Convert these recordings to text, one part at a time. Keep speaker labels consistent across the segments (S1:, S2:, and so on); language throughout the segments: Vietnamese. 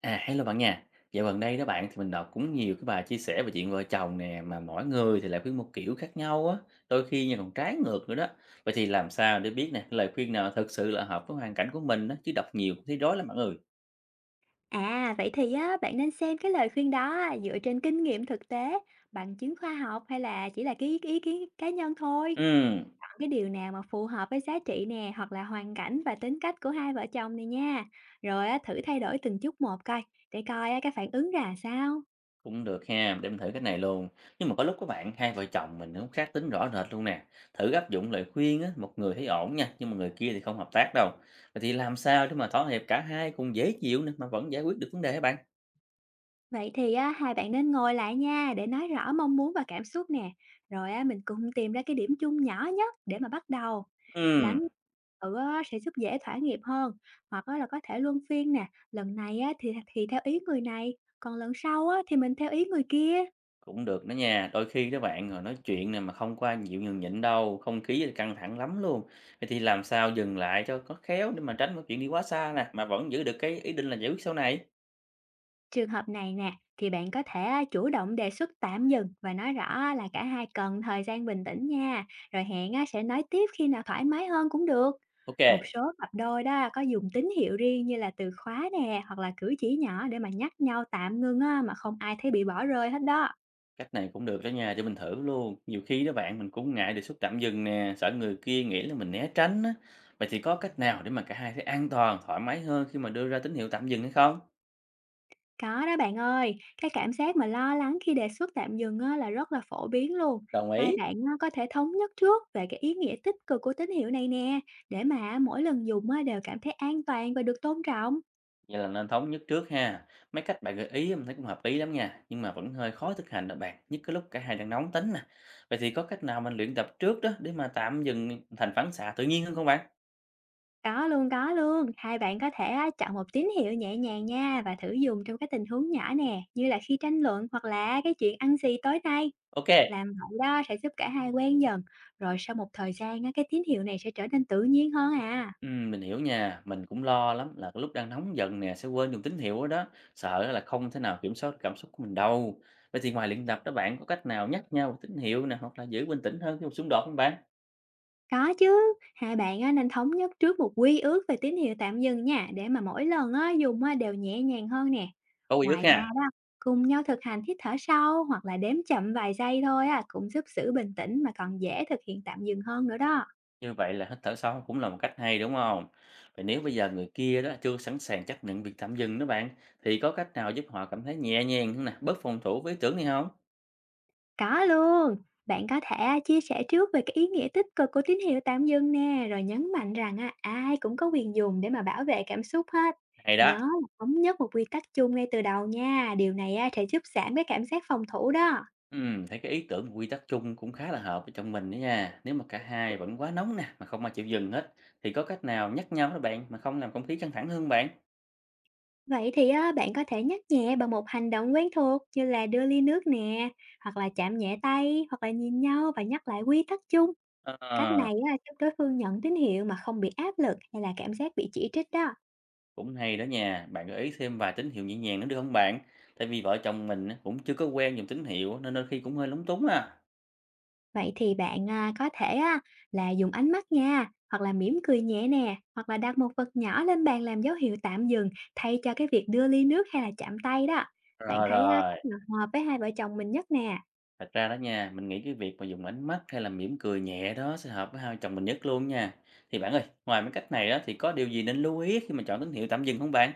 S1: À, hello bạn nha. Dạo gần đây đó bạn thì mình đọc cũng nhiều cái bài chia sẻ về chuyện vợ chồng nè mà mỗi người thì lại khuyên một kiểu khác nhau á, đôi khi nha còn trái ngược nữa đó. Vậy thì làm sao để biết nè, lời khuyên nào thực sự là hợp với hoàn cảnh của mình đó, chứ đọc nhiều cũng thấy rối lắm bạn ơi.
S2: À, vậy thì á, bạn nên xem cái lời khuyên đó á, dựa trên kinh nghiệm thực tế, bằng chứng khoa học hay là chỉ là cái ý kiến cá nhân thôi.
S1: Ừm,
S2: Chọn cái điều nào mà phù hợp với giá trị nè, hoặc là hoàn cảnh và tính cách của hai vợ chồng này nha. Rồi á, thử thay đổi từng chút một coi, để coi á, cái phản ứng ra sao.
S1: Cũng được ha, để mình thử cái này luôn. Nhưng mà có lúc các bạn hai vợ chồng mình cũng khác tính rõ rệt luôn nè. Thử áp dụng lời khuyên á, một người thấy ổn nha, nhưng mà người kia thì không hợp tác đâu. Vậy thì làm sao để mà thỏa hiệp cả hai cùng dễ chịu nè mà vẫn giải quyết được vấn đề hả bạn?
S2: Vậy thì á, hai bạn nên ngồi lại nha để nói rõ mong muốn và cảm xúc nè. Rồi á, mình cùng tìm ra cái điểm chung nhỏ nhất để mà bắt đầu.
S1: Ừm.
S2: Lắng nghe tự á, sẽ giúp dễ thỏa nghiệp hơn. Hoặc á, là có thể luân phiên nè. Lần này á, thì theo ý người này. Còn lần sau á, thì mình theo ý người kia.
S1: Cũng được đó nha, đôi khi các bạn, rồi nói chuyện này mà không qua ai chịu nhường nhịn đâu, không khí thì căng thẳng lắm luôn. Vậy thì làm sao dừng lại cho có khéo để mà tránh cái chuyện đi quá xa nè, mà vẫn giữ được cái ý định là giải quyết sau này.
S2: Trường hợp này nè, thì bạn có thể à, chủ động đề xuất tạm dừng và nói rõ là cả hai cần thời gian bình tĩnh nha, rồi hẹn à, sẽ nói tiếp khi nào thoải mái hơn cũng được.
S1: Ok,
S2: Một số cặp đôi đó có dùng tín hiệu riêng như là từ khóa nè hoặc là cử chỉ nhỏ để mà nhắc nhau tạm ngưng á, mà không ai thấy bị bỏ rơi hết đó.
S1: cách này cũng được đó nha, cho mình thử luôn. Nhiều khi đó bạn mình cũng ngại đề xuất tạm dừng nè, sợ người kia nghĩ là mình né tránh á. Vậy thì có cách nào để mà cả hai thấy an toàn, thoải mái hơn khi mà đưa ra tín hiệu tạm dừng hay không?
S2: Có đó bạn ơi, cái cảm giác mà lo lắng khi đề xuất tạm dừng á, là rất là phổ biến luôn.
S1: Đồng
S2: Hai
S1: ý.
S2: bạn á, có thể thống nhất trước về cái ý nghĩa tích cực của tín hiệu này nè, để mà mỗi lần dùng á, đều cảm thấy an toàn và được tôn trọng.
S1: Vậy là nên thống nhất trước ha. Mấy cách bạn gợi ý mình thấy cũng hợp lý lắm nha, nhưng mà vẫn hơi khó thực hành đó bạn, nhất cái lúc cả hai đang nóng tính nè. Vậy thì có cách nào mình luyện tập trước đó để mà tạm dừng thành phản xạ tự nhiên hơn không bạn?
S2: Có luôn, có luôn. Hai bạn có thể á, chọn một tín hiệu nhẹ nhàng nha và thử dùng trong cái tình huống nhỏ nè, như là khi tranh luận hoặc là cái chuyện ăn gì tối nay.
S1: Ok,
S2: Làm vậy đó sẽ giúp cả hai quen dần. Rồi sau một thời gian á, cái tín hiệu này sẽ trở nên tự nhiên hơn à.
S1: mình hiểu nha, mình cũng lo lắm là cái lúc đang nóng giận nè sẽ quên dùng tín hiệu đó, đó. Sợ là không thể nào kiểm soát cảm xúc của mình đâu. Vậy thì ngoài luyện tập đó bạn có cách nào nhắc nhau tín hiệu nè hoặc là giữ bình tĩnh hơn khi một xung đột không bạn?
S2: Có chứ, hai bạn á nên thống nhất trước một quy ước về tín hiệu tạm dừng nha, để mà mỗi lần á dùng á đều nhẹ nhàng hơn nè.
S1: Có quy ước
S2: Ngoài ra
S1: ha.
S2: đó, cùng nhau thực hành hít thở sâu hoặc là đếm chậm vài giây thôi á cũng giúp giữ bình tĩnh mà còn dễ thực hiện tạm dừng hơn nữa đó.
S1: Như vậy là hít thở sâu cũng là một cách hay đúng không? Vậy nếu bây giờ người kia đó chưa sẵn sàng chấp nhận việc tạm dừng đó bạn, thì có cách nào giúp họ cảm thấy nhẹ nhàng hơn nè, bớt phòng thủ với ý tưởng này không?
S2: Có luôn. Bạn có thể á, chia sẻ trước về cái ý nghĩa tích cực của tín hiệu tạm dừng nè, rồi nhấn mạnh rằng á, ai cũng có quyền dùng để mà bảo vệ cảm xúc hết.
S1: Hay đó.
S2: Nhớ là thống nhất một quy tắc chung ngay từ đầu nha, điều này á, sẽ giúp giảm cái cảm giác phòng thủ đó.
S1: Thấy cái ý tưởng quy tắc chung cũng khá là hợp với trong mình đó nha. Nếu mà cả hai vẫn quá nóng nè, mà không ai chịu dừng hết, thì có cách nào nhắc nhau đó bạn, mà không làm không khí căng thẳng hơn bạn?
S2: Vậy thì á, bạn có thể nhắc nhẹ bằng một hành động quen thuộc như là đưa ly nước nè, hoặc là chạm nhẹ tay, hoặc là nhìn nhau và nhắc lại quy tắc chung. Cách
S1: Ờ,
S2: này á, giúp đối phương nhận tín hiệu mà không bị áp lực hay là cảm giác bị chỉ trích đó.
S1: cũng hay đó nha, bạn gợi ý thêm vài tín hiệu nhẹ nhàng nữa được không bạn? Tại vì vợ chồng mình á, cũng chưa có quen dùng tín hiệu nên đôi khi cũng hơi lúng túng à.
S2: Vậy thì bạn à, có thể á, là dùng ánh mắt nha, hoặc là mỉm cười nhẹ nè, hoặc là đặt một vật nhỏ lên bàn làm dấu hiệu tạm dừng thay cho cái việc đưa ly nước hay là chạm tay đó. Bạn
S1: Rồi
S2: thấy á,
S1: rồi.
S2: cách nào hợp với hai vợ chồng mình nhất nè?
S1: Thật ra đó nha, mình nghĩ cái việc mà dùng ánh mắt hay là mỉm cười nhẹ đó sẽ hợp với hai vợ chồng mình nhất luôn nha. Thì bạn ơi, ngoài mấy cách này đó thì có điều gì nên lưu ý khi mà chọn tín hiệu tạm dừng không bạn?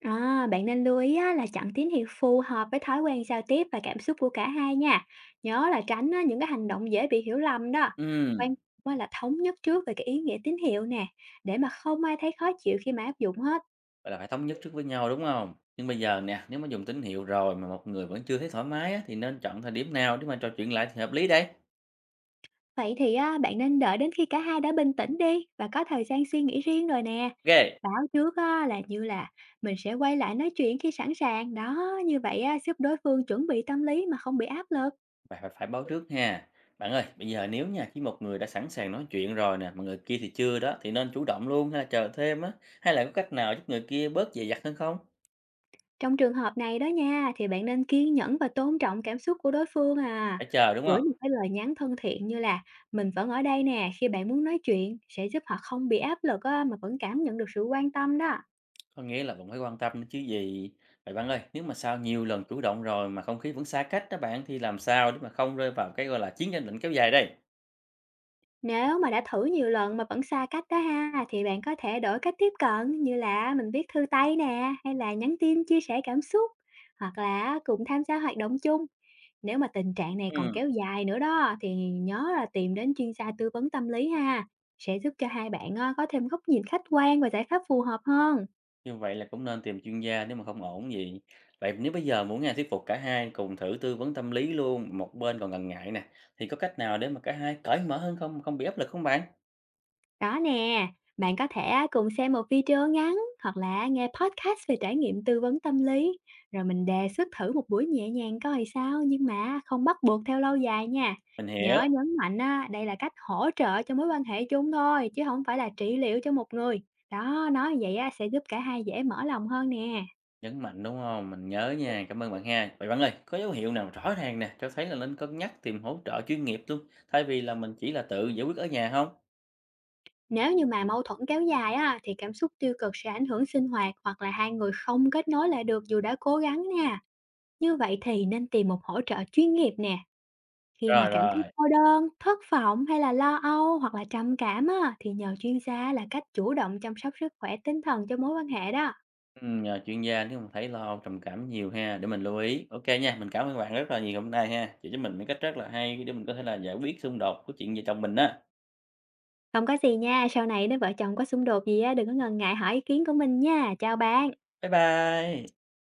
S2: À, bạn nên lưu ý á, là chọn tín hiệu phù hợp với thói quen giao tiếp và cảm xúc của cả hai nha. Nhớ là tránh á, những cái hành động dễ bị hiểu lầm đó. Quan
S1: Ừ,
S2: trọng á là thống nhất trước về cái ý nghĩa tín hiệu nè, để mà không ai thấy khó chịu khi mà áp dụng hết.
S1: vậy là phải thống nhất trước với nhau đúng không? Nhưng bây giờ nè, nếu mà dùng tín hiệu rồi mà một người vẫn chưa thấy thoải mái á, thì nên chọn thời điểm nào để mà trò chuyện lại thì hợp lý đây.
S2: Vậy thì á, bạn nên đợi đến khi cả hai đã bình tĩnh đi và có thời gian suy nghĩ riêng rồi nè.
S1: Ok,
S2: Báo trước á, là như là mình sẽ quay lại nói chuyện khi sẵn sàng. Đó, như vậy á, giúp đối phương chuẩn bị tâm lý mà không bị áp lực.
S1: phải, phải, phải báo trước ha. Bạn ơi, bây giờ nếu nha, khi một người đã sẵn sàng nói chuyện rồi nè, mà người kia thì chưa đó, thì nên chủ động luôn hay là chờ thêm á, hay là có cách nào giúp người kia bớt dè dặt hơn không?
S2: Trong trường hợp này đó nha, thì bạn nên kiên nhẫn và tôn trọng cảm xúc của đối phương à.
S1: Phải chờ đúng không?
S2: Gửi một cái lời nhắn thân thiện như là mình vẫn ở đây nè, khi bạn muốn nói chuyện sẽ giúp họ không bị áp lực á, mà vẫn cảm nhận được sự quan tâm đó.
S1: Có nghĩa là vẫn phải quan tâm nữa chứ gì. Vậy bạn ơi, nếu mà sau nhiều lần chủ động rồi mà không khí vẫn xa cách đó bạn thì làm sao để mà không rơi vào cái gọi là chiến tranh lạnh kéo dài đây?
S2: Nếu mà đã thử nhiều lần mà vẫn xa cách đó ha, thì bạn có thể đổi cách tiếp cận như là mình viết thư tay nè, hay là nhắn tin chia sẻ cảm xúc, hoặc là cùng tham gia hoạt động chung. Nếu mà tình trạng này còn
S1: Ừ,
S2: kéo dài nữa đó thì nhớ là tìm đến chuyên gia tư vấn tâm lý ha, sẽ giúp cho hai bạn có thêm góc nhìn khách quan và giải pháp phù hợp hơn.
S1: như vậy là cũng nên tìm chuyên gia nếu mà không ổn gì. Vậy nếu bây giờ muốn nghe thuyết phục cả hai cùng thử tư vấn tâm lý luôn, một bên còn ngần ngại nè, thì có cách nào để mà cả hai cởi mở hơn không, không bị áp lực không bạn?
S2: Đó nè, bạn có thể á, cùng xem một video ngắn hoặc là nghe podcast về trải nghiệm tư vấn tâm lý, rồi mình đề xuất thử một buổi nhẹ nhàng coi sao nhưng mà không bắt buộc theo lâu dài nha.
S1: Mình
S2: Nhớ
S1: hiểu,
S2: nhấn mạnh á, đây là cách hỗ trợ cho mối quan hệ chung thôi chứ không phải là trị liệu cho một người. Đó, nói vậy á, sẽ giúp cả hai dễ mở lòng hơn nè.
S1: nhấn mạnh đúng không? Mình nhớ nha, cảm ơn bạn ha. Vậy bạn ơi, có dấu hiệu nào rõ ràng nè, cho thấy là nên cân nhắc tìm hỗ trợ chuyên nghiệp luôn, thay vì là mình chỉ là tự giải quyết ở nhà không?
S2: Nếu như mà mâu thuẫn kéo dài á, thì cảm xúc tiêu cực sẽ ảnh hưởng sinh hoạt hoặc là hai người không kết nối lại được dù đã cố gắng nha. Như vậy thì nên tìm một hỗ trợ chuyên nghiệp nè. Khi mà
S1: Rồi,
S2: cảm thấy
S1: rồi,
S2: cô đơn, thất vọng hay là lo âu hoặc là trầm cảm á, thì nhờ chuyên gia là cách chủ động chăm sóc sức khỏe tinh thần cho mối quan hệ đó.
S1: nhờ chuyên gia nếu mà thấy lo trầm cảm nhiều ha, để mình lưu ý. Ok nha, mình cảm ơn bạn rất là nhiều hôm nay ha, chỉ cho mình mấy cách rất là hay để mình có thể là giải quyết xung đột của chuyện vợ chồng mình á.
S2: Không có gì nha, sau này nếu vợ chồng có xung đột gì á, đừng có ngần ngại hỏi ý kiến của mình nha. Chào bạn.
S1: Bye bye.